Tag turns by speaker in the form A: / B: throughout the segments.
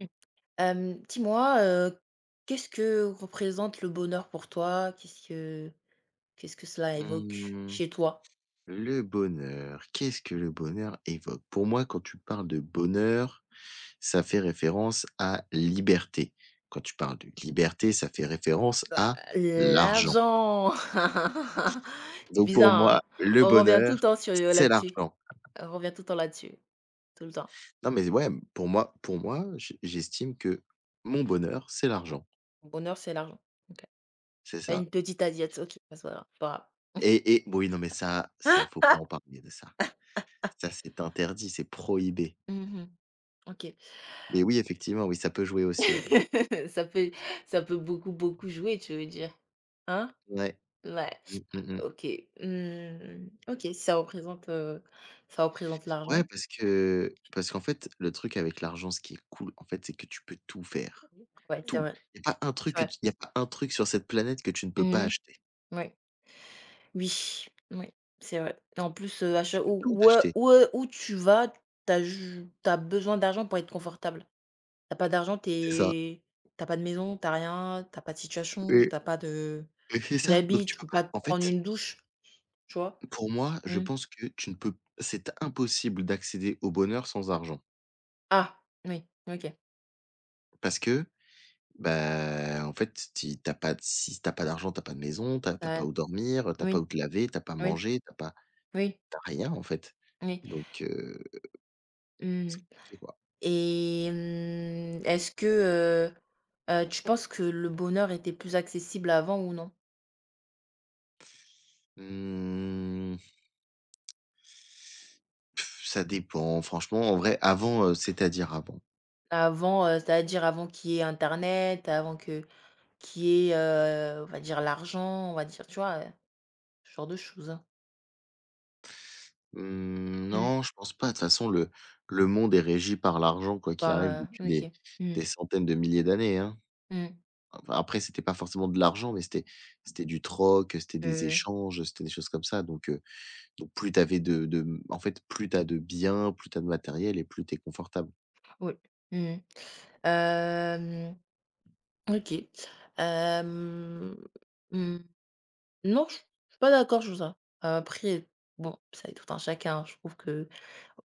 A: Mmh. Hem, dis-moi, heu, qu'est-ce que représente le bonheur pour toi? Qu'est-ce que cela évoque
B: Mmh,
A: chez toi?
B: le bonheur, qu'est-ce que le bonheur évoque? Pour moi, quand tu parles de bonheur, ça fait référence à liberté. Quand tu parles de liberté, ça fait référence
A: Bah,
B: à l'argent.
A: l'argent! C'est
B: Donc pour
A: bizarre, hein?
B: moi, le
A: On revient
B: bonheur,
A: tout le temps
B: c'est
A: là-dessus.
B: l'argent.
A: On revient tout le temps là-dessus. Tout le temps.
B: Non mais ouais, pour moi, j'estime que mon bonheur, c'est l'argent,
A: Le bonheur, c'est l'argent. OK.
B: c'est
A: Tu
B: ça.
A: une petite asiette, OK, bah, c'est pas grave, c'est pas grave.
B: Et oui, non mais ça, faut pas en parler de ça. Ça, c'est interdit, c'est prohibé.
A: Mmh, OK.
B: Mais oui, effectivement, oui, ça peut jouer aussi, ouais.
A: Ça peut ça peut beaucoup, beaucoup jouer, tu veux dire, hein?
B: Ouais.
A: Ouais.
B: Mmh, mmh mh.
A: OK, mmh, OK, ça représente
B: Ouais,
A: l'argent.
B: parce qu'en fait, le truc avec l'argent, ce qui est cool, en fait, c'est que tu peux tout faire,
A: Ouais, c'est
B: tout.
A: vrai,
B: Il y a pas un truc
A: c'est
B: que
A: vrai.
B: tu y a pas un truc sur cette planète que tu ne peux pas
A: Mmh,
B: acheter.
A: ouais. Oui, oui, c'est vrai et en plus, à
B: Tu
A: cha
B: peux
A: où
B: tout
A: où,
B: acheter,
A: où, où tu vas, t'as as ju tu besoin d'argent pour être confortable. T'as pas d'argent,
B: c'est ça,
A: t'as pas de maison, t'as rien, t'as pas de situation,
B: et
A: t'as pas de
B: et c'est ça, donc
A: d'habits,
B: tu
A: tu
B: peux
A: peux
B: pas
A: pas te
B: en
A: prendre
B: fait,
A: une douche, tu vois?
B: pour moi, je
A: Mm.
B: pense que tu ne peux c'est impossible d'accéder au bonheur sans argent,
A: Ah! Oui, OK.
B: parce que, bah, en fait, tu tu as pas de- si t'as pas d'argent, t'as pas de maison, t'as
A: Tu
B: t'as pas où dormir, t'as pas
A: Oui,
B: où te laver,
A: oui, oui,
B: t'as rien, en fait,
A: oui.
B: donc c'est
A: Mmh.
B: compliqué, quoi.
A: Et est-ce que, tu penses que le bonheur était plus accessible avant ou non?
B: Mmh, Pff, ça dépend franchement, en vrai, avant, c'est-à-dire avant?
A: Avant, c'est-à-dire avant qu'il y ait internet, avant que qu'il y ait, on va dire l'argent, on va dire, tu vois, ce genre de choses?
B: Mmh,
A: Mmh.
B: non, je pense pas. De toute façon, le monde est régi par l'argent quoi qu'il arrive
A: Par,
B: depuis des
A: OK. Mmh.
B: des centaines de milliers d'années, hein.
A: Mmh.
B: Enfin, après, c'était pas forcément de l'argent, mais c'était du troc, c'était des
A: Heu,
B: échanges, c'était des choses comme ça, donc plus t'avais de en fait, plus t'as de biens, plus t'as de matériel et plus t'es confortable.
A: oui. Mmh. Hem, OK. Hem, mmh, non, je suis pas d'accord sur ça. Après, bon, ça est tout un chacun, hein. Je trouve que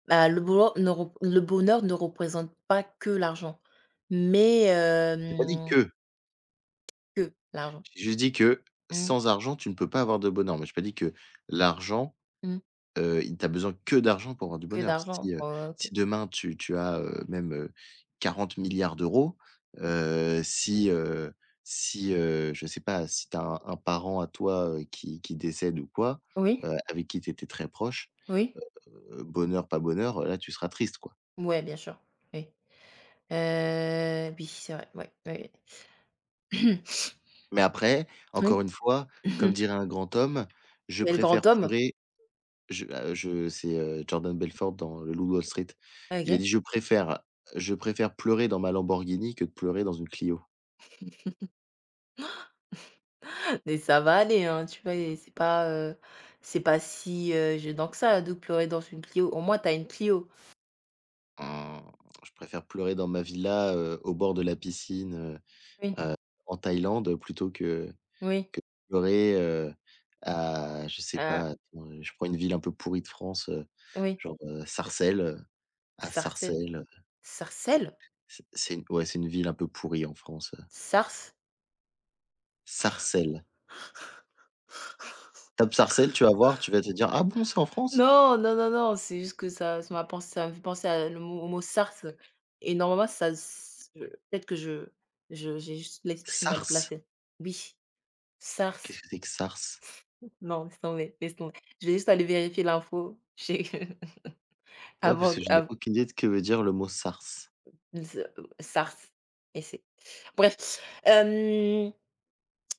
A: bah, le bonheur ne représente pas que l'argent, mais
B: J'ai pas dit que,
A: que l'argent.
B: j'ai juste dit que
A: Mmh,
B: sans argent, tu ne peux pas avoir de bonheur, mais j'ai pas dit que l'argent.
A: mmh,
B: Il tu besoin que d'argent pour avoir du
A: que
B: bonheur.
A: d'argent.
B: Si, heu,
A: Oh, OK.
B: si demain tu as, même, 40 milliards d'euros, 000, si, si, je sais pas, si tu as un parent à toi, qui décède ou quoi,
A: Oui,
B: avec qui tu étais très proche,
A: oui,
B: bonheur, pas bonheur, là tu seras triste, quoi.
A: ouais, bien sûr, oui. Oui, c'est vrai, ouais, ouais.
B: Mais après, encore
A: Oui.
B: une fois, comme dirait un grand homme: «Je
A: Quel
B: préfère
A: grand homme!
B: pleurer». Je c'est, Jordan Belfort dans Le Loup de Wall Street. Il a
A: OK.
B: dit: «Je préfère, pleurer dans ma Lamborghini que de pleurer dans une Clio».
A: Mais ça va aller, hein, tu vois? Et c'est pas si, gênant que ça de pleurer dans une Clio. Au moins, t'as une Clio.
B: Mmh, je préfère pleurer dans ma villa, au bord de la piscine,
A: Oui,
B: heu, en Thaïlande, plutôt que
A: oui,
B: de pleurer, à, je sais
A: heu,
B: pas, attends, je prends une ville un peu pourrie de France,
A: oui.
B: genre, Sarcelles, à
A: Sarcelles.
B: Sarcelles,
A: Sarcelles?
B: c'est une ville un peu pourrie en France,
A: Sars?
B: Sarcelles. Tape Sarcelles, tu vas voir, tu vas te dire: «Ah bon, c'est en France?
A: Non, non, non, non, c'est juste que ça ça m'a pensé ça me fait penser à le mot au mot SARS et normalement ça s je peut-être que je j'ai juste l'esprit mal
B: Sarcelles?».
A: placé. Oui,
B: Qu'est-ce
A: SARS.
B: que c'est que SARS?
A: Non, laisse tomber, laisse tomber. Je vais juste aller vérifier l'info chez
B: Ouais, parce
A: avant
B: que je n'ai
A: av
B: aucune idée de que veut dire le mot SARS.
A: s SARS et c'est bref. Hem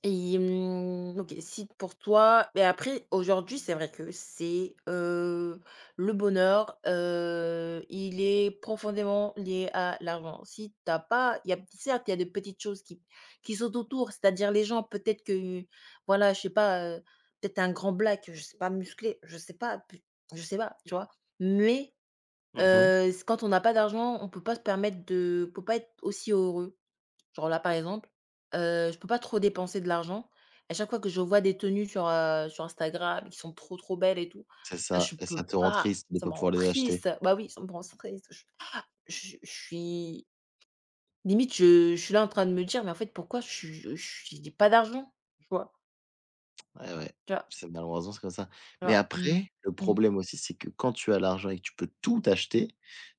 A: Et OK, si pour toi mais après aujourd'hui, c'est vrai que le bonheur, il est profondément lié à l'argent. Si t'as pas Il y a certes, il y a de petites choses qui sont autour, c'est-à-dire les gens peut-être que, voilà, je sais pas, peut-être un grand black, je sais pas, musclé, je sais pas, peut je sais pas, tu vois? Mais,
B: Mmh mh.
A: c quand on n'a pas d'argent, on peut pas être aussi heureux. Genre là, par exemple, je peux pas trop dépenser de l'argent. À chaque fois que je vois des tenues sur Instagram qui sont trop, trop belles et tout,
B: C'est
A: bah,
B: ça,
A: je
B: et
A: peux
B: ça te rend
A: pas,
B: triste de
A: ça
B: pas
A: me rend
B: pouvoir les acheter.
A: triste. Bah oui, ça me rend triste. Je suis limite, je suis là en train de me dire: «Mais en fait, pourquoi je suis j'ai pas d'argent?» Tu vois?
B: Ouais, ouais,
A: Tu vois?
B: c'est malheureusement, c'est comme ça.
A: Tu
B: Mais
A: vois? Mmh.
B: après, le
A: Mmh.
B: problème aussi, c'est que quand tu as l'argent et que tu peux tout acheter,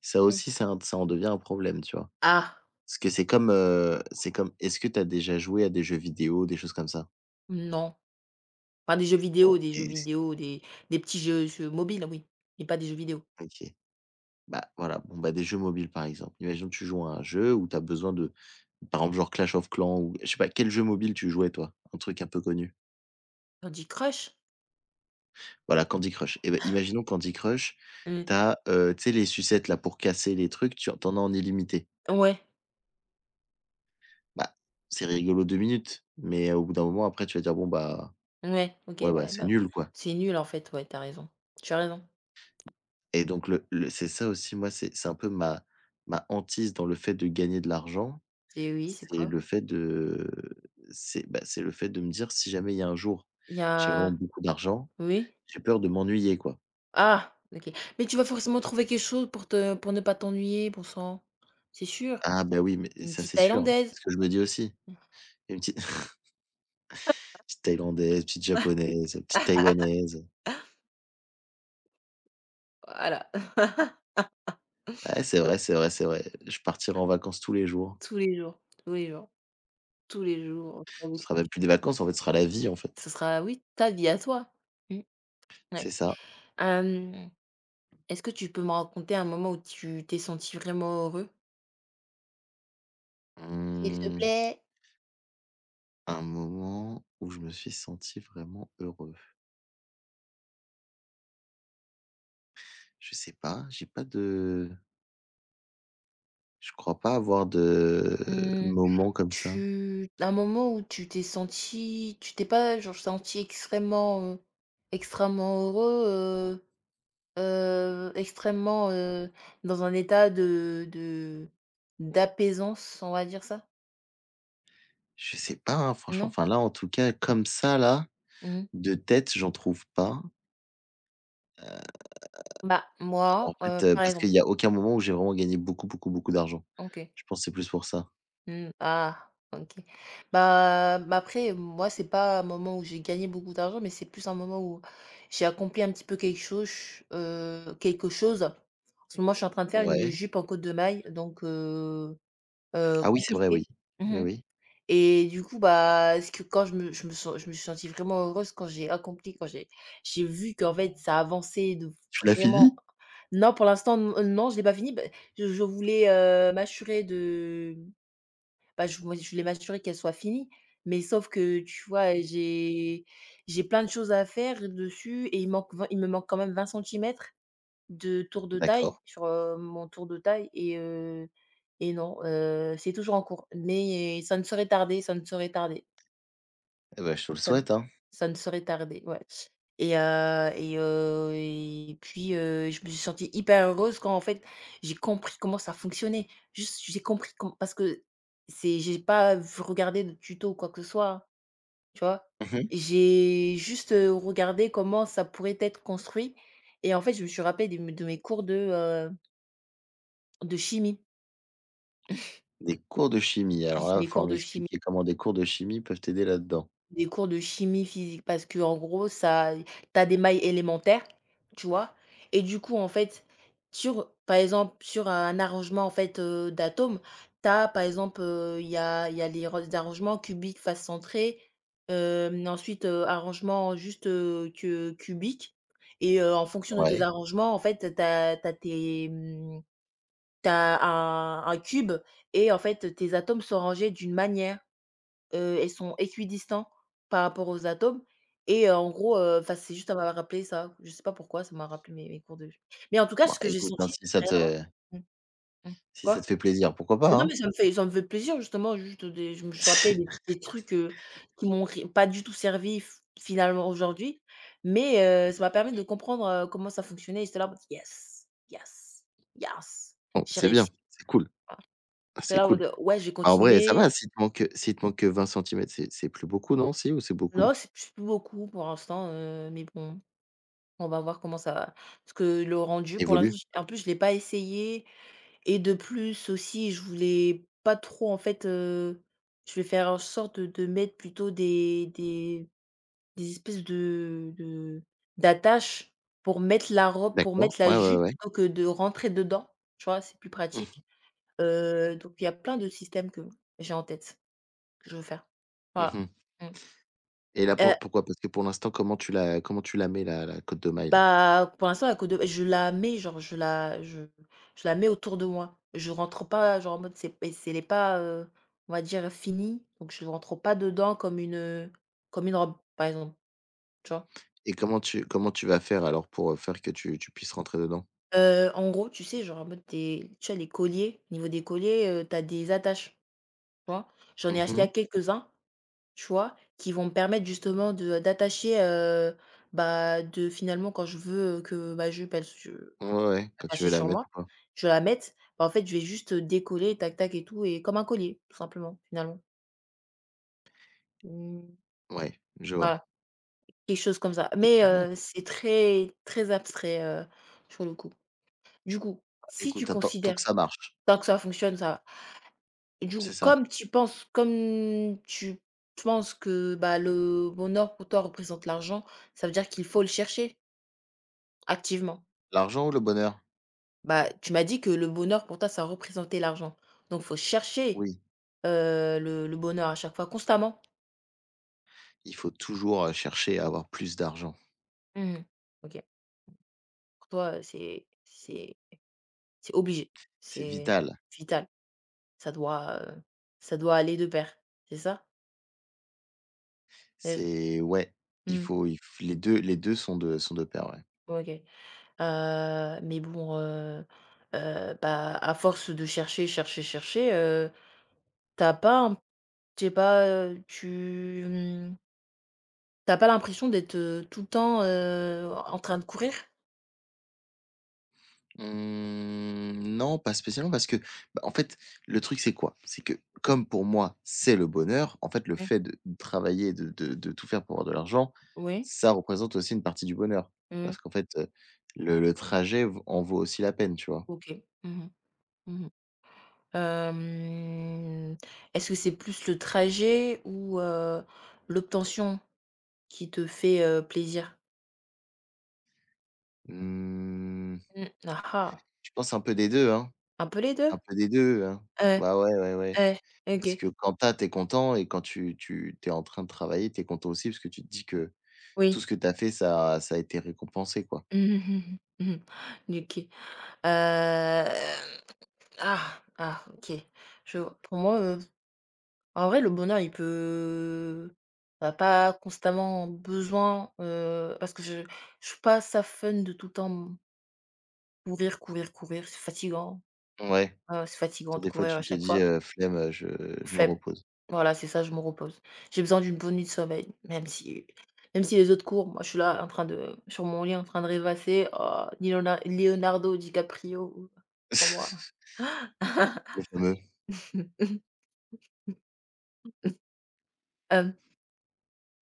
B: ça
A: Oui.
B: aussi, ça en devient un problème, tu vois?
A: Ah!
B: Parce que c'est comme est-ce que tu as déjà joué à des jeux vidéo, des choses comme ça?
A: Non. Enfin, des jeux
B: Bon
A: vidéo, des jeux
B: et s
A: vidéo, des petits jeux mobiles, oui, mais pas des jeux vidéo.
B: OK. Bah, voilà, bon, bah, des jeux mobiles, par exemple. Imagine tu joues à un jeu où tu as besoin de par exemple, genre Clash of Clans, ou je sais pas, quel jeu mobile tu jouais, toi? Un truc un peu connu?
A: Candy Crush?
B: Voilà, Candy Crush. Et bah, imaginons Candy Crush,
A: Mmh.
B: tu sais, les sucettes là pour casser les trucs, tu as en illimité.
A: Ouais.
B: Bah, c'est rigolo 2 minutes, mais au bout d'un moment, après tu vas dire: «Bon bah,
A: Ouais, OK,
B: ouais, bah,
A: ouais,
B: c'est
A: bah,
B: nul, quoi»,
A: c'est nul en fait, ouais, t'as raison. Tu as raison.
B: et donc le, c'est ça aussi moi, c'est un peu ma, hantise dans le fait de gagner de l'argent.
A: C'est Oui, c'est
B: C'est
A: quoi?
B: le fait de c'est le fait de me dire, si jamais il y a un jour,
A: Il y
B: j'ai vraiment
A: a
B: beaucoup d'argent,
A: Oui?
B: j'ai peur de m'ennuyer, quoi.
A: Ah! OK. Mais tu vas forcément trouver quelque chose pour ne pas t'ennuyer, bon sang. C'est sûr.
B: Ah bah, oui, mais
A: Une
B: ça
A: petite
B: c'est sûr, c'est
A: thaïlandaise.
B: ce que je me dis aussi. Une petite petite thaïlandaise, petite japonaise, petite taïwanaise.
A: Voilà.
B: Ouais, c'est vrai, c'est vrai, c'est vrai. Je partirai en vacances tous les jours.
A: Tous les jours, tous les jours, tous les jours, sans
B: Ce
A: ex
B: sera même plus des vacances, en fait, ce sera la vie, en fait.
A: ce sera, oui, ta vie à toi. Mmh, ouais.
B: C'est ça.
A: Hem, est-ce que tu peux me raconter un moment où tu t'es senti vraiment heureux? S'il te
B: Mmh,
A: plaît.
B: un moment où je me suis senti vraiment heureux? Je sais pas, j'ai pas de je crois pas avoir de
A: Mmh.
B: moment comme ça.
A: Tu un moment où tu t'es pas genre senti extrêmement, extrêmement heureux, extrêmement, dans un état de d'apaisance, on va dire ça?
B: Je sais pas, hein, franchement,
A: Non?
B: enfin là, en tout cas, comme ça là,
A: Mmh.
B: de tête, j'en trouve pas.
A: Bah,
B: En
A: moi,
B: fait,
A: par
B: parce qu'il
A: exemple,
B: y a aucun moment où j'ai vraiment gagné beaucoup, beaucoup, beaucoup d'argent.
A: OK.
B: Je pense que c'est plus pour ça.
A: Mmh. Ah, OK. Bah, après, moi, c'est pas un moment où j'ai gagné beaucoup d'argent, mais c'est plus un moment où j'ai accompli un petit peu quelque chose, heu. En ce moment, je suis en train de faire une
B: Ouais.
A: jupe en côte de maille, donc
B: Ah oui, c'est vrai, oui.
A: compliquée.
B: Oui,
A: Mmh.
B: oui.
A: Et du coup, bah, ce que quand je me suis sentie vraiment heureuse quand j'ai vu qu'en fait, ça avançait de
B: Tu l'as
A: vraiment
B: fini?
A: non, pour l'instant, n non, je l'ai pas fini. Bah, je voulais, m'assurer de bah, je moi, je voulais m'assurer qu'elle soit finie, mais sauf que, tu vois, j'ai plein de choses à faire dessus et il me manque quand même 20 centimètres de tour de
B: D'accord.
A: taille sur, mon tour de taille. Et non, c'est toujours en cours, mais ça ne saurait tarder, ça ne saurait tarder.
B: Eh bah, je te le
A: Ça ne
B: souhaite, hein.
A: Ça ne saurait tarder, ouais. Et puis, je me suis sentie hyper heureuse quand, en fait, j'ai compris comment ça fonctionnait. Juste, j'ai compris com parce que c'est j'ai pas v regardé de tuto ou quoi que ce soit, tu vois?
B: Mmh
A: J'ai juste, regardé comment ça pourrait être construit et en fait, je me suis rappelée de mes cours de chimie.
B: Des cours de chimie, alors
A: Oui,
B: là, il va
A: mes
B: falloir
A: cours de chimie.
B: m'expliquer comment des cours de chimie peuvent t'aider là-dedans.
A: Des cours de chimie physique parce que en gros ça tu as des mailles élémentaires, tu vois? Et du coup, en fait, sur un arrangement, en fait, d'atomes, tu as par exemple, il y a les ro des arrangements cubique face centrée, hem, ensuite, arrangement juste, que cubique. Et en fonction de tes
B: Ouais.
A: arrangements, en fait, tu as tes, tu un cube et en fait, tes atomes sont rangés d'une manière. Ils sont équidistants par rapport aux atomes. Et en gros, enfin, c'est juste ça m'a rappelé ça. Je sais pas pourquoi, ça m'a rappelé mes cours de, mais en tout cas,
B: Bon,
A: ce que j'ai
B: écoute, hein,
A: senti, rien à voir. Mmh, mmh.
B: si ça te
A: Quoi?
B: fait plaisir, pourquoi pas,
A: Mais non,
B: hein?
A: mais ça me fait plaisir justement. Juste, des je me suis rappelée des trucs, qui m'ont ri pas du tout servi, f finalement, aujourd'hui, mais ça m'a permis de comprendre, comment ça fonctionnait et j'étais là en mode: «Yes, yes, yes,
B: Bon,
A: j'ai
B: c'est bien,
A: réussi».
B: c'est cool,
A: J'étais
B: c'est
A: là en
B: cool.
A: mode: «Ouais, je vais
B: Ah, en vrai, ça va,
A: continuer».
B: s'il te manque que 20 cm, c'est plus beaucoup, non, si, ou c'est beaucoup?
A: Non, c'est plus beaucoup pour l'instant, mais bon. On va voir comment ça va parce que le rendu pour
B: Évolue?
A: l'instant, j en plus je l'ai pas essayé et de plus aussi je voulais pas trop en fait, je vais faire en sorte de mettre plutôt des espèces de d'attaches pour
B: D'accord,
A: mettre la
B: ouais, ouais,
A: jupe
B: ouais.
A: plutôt que de rentrer dedans, tu vois? C'est plus
B: Mmh.
A: pratique, donc il y a plein de systèmes que j'ai en tête, que je veux faire.
B: Mmh
A: Voilà.
B: mh
A: Mmh.
B: Et là,
A: Heu
B: pourquoi? Parce que pour l'instant, comment tu la mets, la cotte de maille, là?
A: Bah, pour l'instant, la coupe de je la mets, genre, je la mets autour de moi. Je rentre pas, genre, en mode, c'est elle est pas, on va dire, finie, donc je rentre pas dedans comme une robe, par exemple, tu vois?
B: Et comment tu vas faire alors pour, faire que tu puisses rentrer dedans?
A: En gros, tu sais, genre, en mode, tes tu as les colliers, au niveau des colliers, tu des attaches, tu vois? J'en
B: Mmh
A: ai acheté à
B: mh.
A: quelques-uns, tu vois, qui vont me permettre justement de d'attacher, bah, de finalement, quand je veux, que ma jupe, elle se
B: Ouais, ouais, quand tu
A: attachée
B: veux la
A: sur moi,
B: mettre, ou quoi?
A: je la mette, bah, en fait, je vais juste décoller tac tac et tout, et comme un collier, tout simplement, finalement. Mmh,
B: Ouais, je vois.
A: voilà, quelque chose comme ça.
B: OK,
A: Mais,
B: bon,
A: c'est très, très abstrait, sur le coup. Du coup,
B: bah,
A: si tu
B: écoute, hein, tant
A: considères
B: que ça marche,
A: tant que ça fonctionne, ça va. Du
B: c'est
A: coup,
B: ça.
A: comme tu penses que, bah, le bonheur pour toi représente l'argent, ça veut dire qu'il faut le chercher activement.
B: L'argent ou le bonheur?
A: Bah, tu m'as dit que le bonheur pour toi, ça représentait l'argent, donc faut chercher
B: Oui,
A: heu, le bonheur à chaque fois, constamment?
B: il faut toujours, chercher à avoir plus d'argent.
A: Mmh, OK. Pour toi, c'est obligé,
B: C'est
A: c'est
B: vital.
A: vital, ça doit, heu, ça doit aller de pair, c'est ça? Heu,
B: C'est, ouais, il
A: mmh,
B: faut il f les 2. Les 2 sont de pair, ouais.
A: OK. Mais bon, bah, à force de chercher, chercher, chercher, tu pas un je pas, tu pas l'impression d'être, tout le temps, en train de courir?
B: Mmh, non, pas spécialement parce que, bah, en fait, le truc c'est quoi? C'est que comme pour moi, c'est le bonheur, en fait, le
A: Ouais.
B: fait de travailler, de tout faire pour avoir de l'argent,
A: Oui?
B: ça représente aussi une partie du bonheur.
A: Mmh.
B: Parce qu'en fait, le trajet, v en vaut aussi la peine, tu vois?
A: OK. Mmh mh. Mmh. Hem, est-ce que c'est plus le trajet ou l'obtention qui te fait, plaisir?
B: Mmh,
A: Mmh, ah ah,
B: je pense un peu des 2, hein,
A: un peu les 2?
B: un peu des deux, hein.
A: Ouais,
B: Bah, ouais, ouais, ouais.
A: ouais,
B: Parce
A: OK,
B: que quand t'es content, et quand tu t'es en train de travailler, t'es content aussi parce que tu te dis que tout
A: oui.
B: ce que tu as fait, ça a été récompensé, quoi.
A: Mmh mh, mmh mmh. OK. Hem, ah, ah, OK. Je Pour moi, en vrai, le bonheur, il peut on a pas constamment besoin, parce que je suis pas ça fun de tout le temps courir, courir, courir, c'est fatigant.
B: Ouais.
A: Ah, c'est
B: Tu
A: fatigant de
B: des fois,
A: courir à
B: tu te
A: chaque
B: dis:
A: fois.
B: Flemme, je me
A: Flemme.
B: repose».
A: Voilà, c'est ça, je me repose. J'ai besoin d'une bonne nuit de sommeil, même si les autres courent, moi je suis là en train de sur mon lit en train de rêvasser. Oh, Leonardo DiCaprio, pour moi.
B: Le fameux.
A: Hem,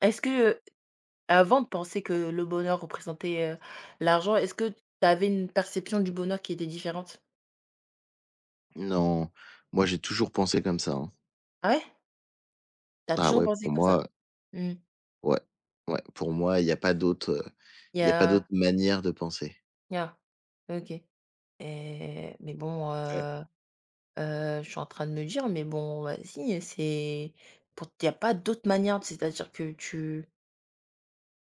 A: est-ce que avant de penser que le bonheur représentait, l'argent, est-ce que tu avais une perception du bonheur qui était différente?
B: Non, moi, j'ai toujours pensé comme ça, hein.
A: Ah ouais? T'as
B: Ah
A: toujours
B: ouais,
A: pensé
B: pour
A: comme ça?
B: moi,
A: Mmh.
B: ouais, ouais, pour moi,
A: Il y
B: il y a pas d'autre
A: a
B: manière de penser.
A: il y a OK. Et mais bon,
B: Ouais.
A: heu, je suis en train de me dire: «Mais bon, vas-y, c'est il n'y a pas d'autre manière». C'est-à-dire que tu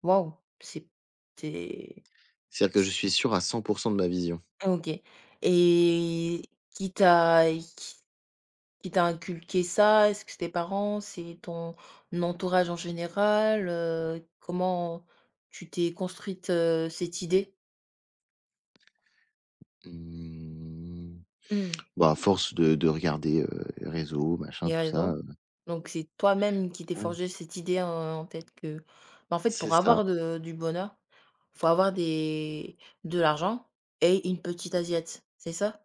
A: waouh, c'est tu
B: C'est-à-dire que je suis sûr à 100 de ma vision.
A: OK, et qui t'a qui qui t'a inculqué ça? Est-ce que c'est tes parents? C'est ton entourage en général? Comment tu t'es construite, cette idée?
B: Mmh,
A: Mmh.
B: Bah, à force de regarder, les réseaux, machin,
A: Les
B: tout ça,
A: réseaux. Donc c'est toi-même qui t'es
B: Ouais.
A: forgé cette idée en tête que, bah, en fait,
B: C'est
A: pour
B: ça.
A: avoir de du bonheur, faut avoir des de l'argent et une petite assiette, c'est ça?